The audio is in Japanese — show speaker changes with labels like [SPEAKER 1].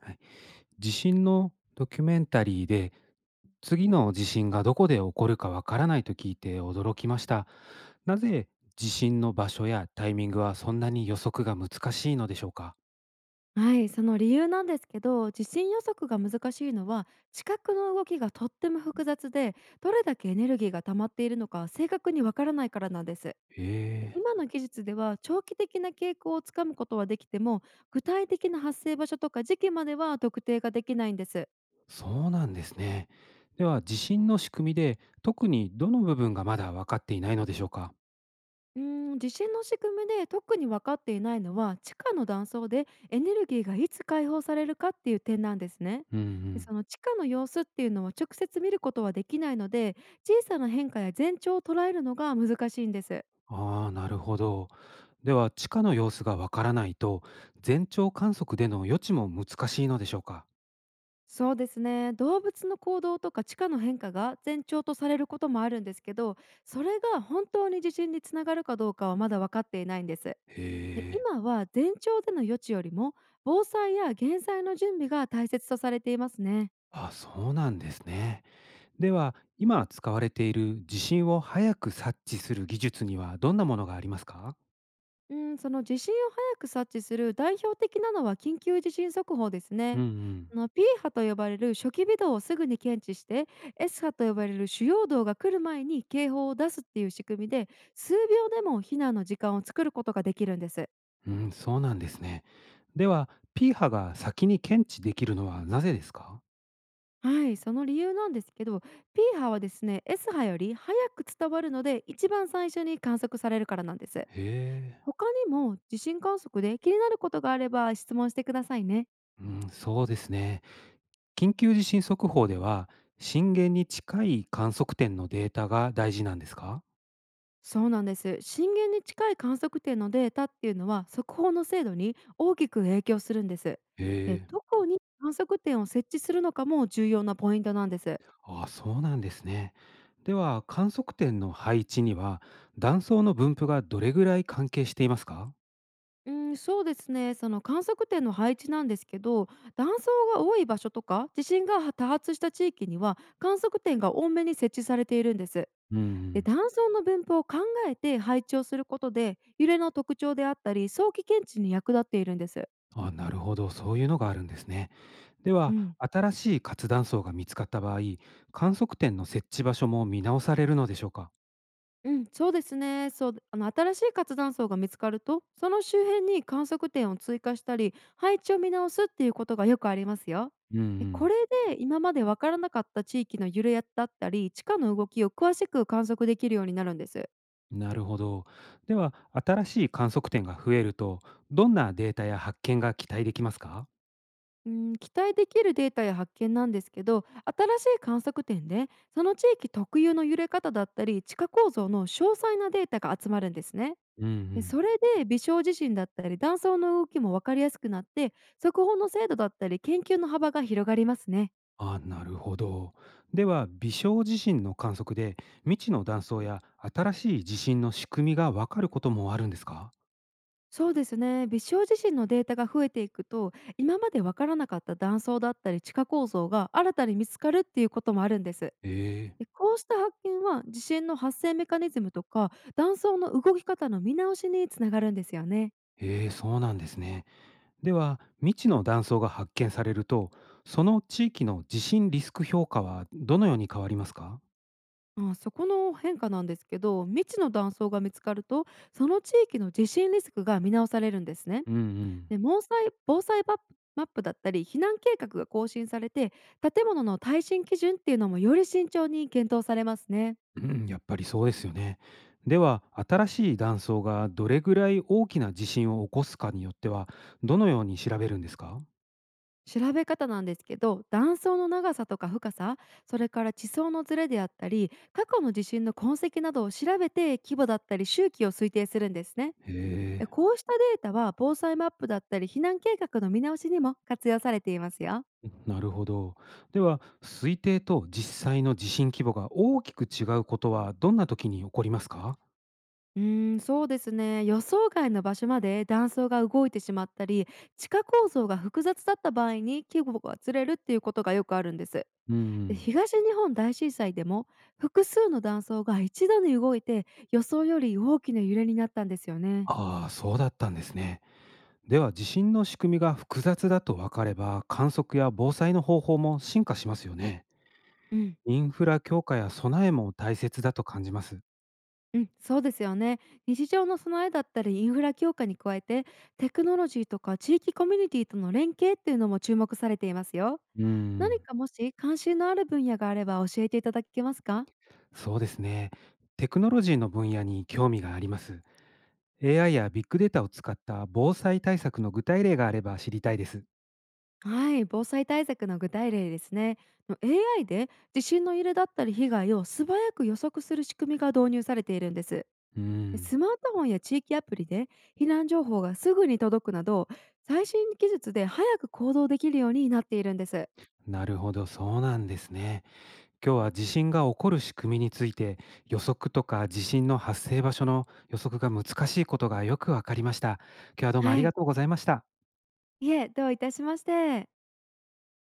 [SPEAKER 1] はい、地震のドキュメンタリーで次の地震がどこで起こるかわからないと聞いて驚きました。なぜ地震の場所やタイミングはそんなに予測が難しいのでしょうか？
[SPEAKER 2] はい、その理由なんですけど、地震予測が難しいのは地殻の動きがとっても複雑で、どれだけエネルギーが溜まっているのか正確にわからないからなんです。
[SPEAKER 1] へえ、
[SPEAKER 2] 今の技術では長期的な傾向をつかむことはできても、具体的な発生場所とか時期までは特定ができないんです。
[SPEAKER 1] そうなんですね。では地震の仕組みで特にどの部分がまだ分かっていないのでしょうか？
[SPEAKER 2] 地震の仕組みで特に分かっていないのは、地下の断層でエネルギーがいつ解放されるかっていう点なんですね。
[SPEAKER 1] うんう
[SPEAKER 2] で
[SPEAKER 1] ん。
[SPEAKER 2] その地下の様子っていうのは直接見ることはできないので、小さな変化や前兆を捉えるのが難しいんです。
[SPEAKER 1] ああ、なるほど。では地下の様子がわからないと全長観測での予知も難しいのでしょうか？
[SPEAKER 2] そうですね、動物の行動とか地下の変化が前兆とされることもあるんですけど、それが本当に地震につながるかどうかはまだ分かっていないんです。で
[SPEAKER 1] へえ。
[SPEAKER 2] 今は前兆での予知よりも、防災や減災の準備が大切とされていますね。
[SPEAKER 1] あ、そうなんですね。では、今使われている地震を早く察知する技術にはどんなものがありますか？
[SPEAKER 2] うん、その地震を早く察知する代表的なのは緊急地震速報です
[SPEAKER 1] うん
[SPEAKER 2] ね。
[SPEAKER 1] うん。
[SPEAKER 2] その P 波と呼ばれる初期微動をすぐに検知して、 S 波と呼ばれる主要動が来る前に警報を出すっていう仕組みで、数秒でも避難の時間を作ることができるんです。
[SPEAKER 1] うん、そうなんですね。では、P 波が先に検知できるのはなぜですか？
[SPEAKER 2] はい、その理由なんですけど、 P 波はですね、 S 波より早く伝わるので一番最初に観測されるからなんです。
[SPEAKER 1] へえ。
[SPEAKER 2] 他にも地震観測で気になることがあれば質問してくださいね。
[SPEAKER 1] うん、そうですね。緊急地震速報では、震源に近い観測点のデータが大事なんですか？
[SPEAKER 2] そうなんです。震源に近い観測点のデータっていうのは速報の精度に大きく影響するんです。
[SPEAKER 1] へ
[SPEAKER 2] で、
[SPEAKER 1] え。
[SPEAKER 2] どこに観測点を設置するのかも重要なポイントなんです。
[SPEAKER 1] ああ、そうなんですね。では、観測点の配置には、断層の分布がどれぐらい関係していますか？
[SPEAKER 2] うん、そうですね。その観測点の配置なんですけど、断層が多い場所とか地震が多発した地域には観測点が多めに設置されているんです。
[SPEAKER 1] うんう
[SPEAKER 2] で
[SPEAKER 1] ん。
[SPEAKER 2] 単層の分布を考えて配置をすることで、揺れの特徴であったり早期検知に役立っているんです。
[SPEAKER 1] あなるほど。そういうのがあるんですね。で
[SPEAKER 2] う
[SPEAKER 1] は、
[SPEAKER 2] ん。
[SPEAKER 1] 新しい活断層が見つかった場合、観測点の設置場所も見直されるのでしょうか？
[SPEAKER 2] うん、そうですね。そう新しい活断層が見つかると、その周辺に観測点を追加したり配置を見直すっていうことがよくありますよ。
[SPEAKER 1] うんう
[SPEAKER 2] でこ
[SPEAKER 1] ん。
[SPEAKER 2] れで今までわからなかった地域の揺れやだったり地下の動きを詳しく観測できるようになるんです。
[SPEAKER 1] なるほど。では、新しい観測点が増えると、どんなデータや発見が期待できますか？
[SPEAKER 2] うん、期待できるデータや発見なんですけど、新しい観測点でその地域特有の揺れ方だったり地下構造の詳細なデータが集まるんですね。
[SPEAKER 1] うんう
[SPEAKER 2] で
[SPEAKER 1] ん。
[SPEAKER 2] それで微小地震だったり断層の動きも分かりやすくなって、速報の精度だったり研究の幅が広がりますね。
[SPEAKER 1] あなるほど。では微小地震の観測で未知の断層や新しい地震の仕組みがわかることもあるんですか？
[SPEAKER 2] そうですね、微小地震のデータが増えていくと、今まで分からなかった断層だったり地下構造が新たに見つかるっていうこともあるんです。
[SPEAKER 1] ええ
[SPEAKER 2] で、こうした発見は地震の発生メカニズムとか断層の動き方の見直しにつながるんですよね。
[SPEAKER 1] ええ、そうなんですね。では未知の断層が発見されるとその地域の地震リスク評価はどのように変わりますか？
[SPEAKER 2] まあ、そこの変化なんですけど、未知の断層が見つかるとその地域の地震リスクが見直されるんですね。
[SPEAKER 1] うんうん。
[SPEAKER 2] で防災マップだったり避難計画が更新されて、建物の耐震基準っていうのもより慎重に検討されますね。
[SPEAKER 1] うんやっぱりそうですよね。では新しい断層がどれぐらい大きな地震を起こすかによってはどのように調べるんですか？
[SPEAKER 2] 調べ方なんですけど、断層の長さとか深さ、それから地層のズレであったり過去の地震の痕跡などを調べて、規模だったり周期を推定するんですね。
[SPEAKER 1] へえ
[SPEAKER 2] こうしたデータは防災マップだったり避難計画の見直しにも活用されていますよ。
[SPEAKER 1] なるほど。では、推定と実際の地震規模が大きく違うことはどんな時に起こりますか？
[SPEAKER 2] そうですね、予想外の場所まで断層が動いてしまったり、地下構造が複雑だった場合に規模がずれるっていうことがよくあるんです。
[SPEAKER 1] うんう
[SPEAKER 2] で
[SPEAKER 1] ん、
[SPEAKER 2] 東日本大震災でも複数の断層が一度に動いて予想より大きな揺れになったんですよね。
[SPEAKER 1] ああ、そうだったんですね。では、地震の仕組みが複雑だと分かれば、観測や防災の方法も進化しますよね。
[SPEAKER 2] うん、
[SPEAKER 1] インフラ強化や備えも大切だと感じます。
[SPEAKER 2] うん、そうですよね。日常の備えだったりインフラ強化に加えて、テクノロジーとか地域コミュニティとの連携っていうのも注目されていますよ。
[SPEAKER 1] うーう
[SPEAKER 2] 何
[SPEAKER 1] ん、
[SPEAKER 2] かもし関心のある分野があれば教えていただけますか？
[SPEAKER 1] そうですね。テクノロジーの分野に興味があります。AI やビッグデータを使った防災対策の具体例があれば知りたいです。
[SPEAKER 2] はい、防災対策の具体例ですね。の AI で地震の揺れだったり被害を素早く予測する仕組みが導入されているんです。
[SPEAKER 1] うー
[SPEAKER 2] で
[SPEAKER 1] ん
[SPEAKER 2] スマートフォンや地域アプリで避難情報がすぐに届くなど、最新技術で早く行動できるようになっているんです。
[SPEAKER 1] なるほど、そうなんですね。今日は地震が起こる仕組みについて予測とか地震の発生場所の予測が難しいことがよくわかりました。今日はどうもあ
[SPEAKER 2] は
[SPEAKER 1] りが
[SPEAKER 2] い、
[SPEAKER 1] とうございました。
[SPEAKER 2] いえどういたしまして。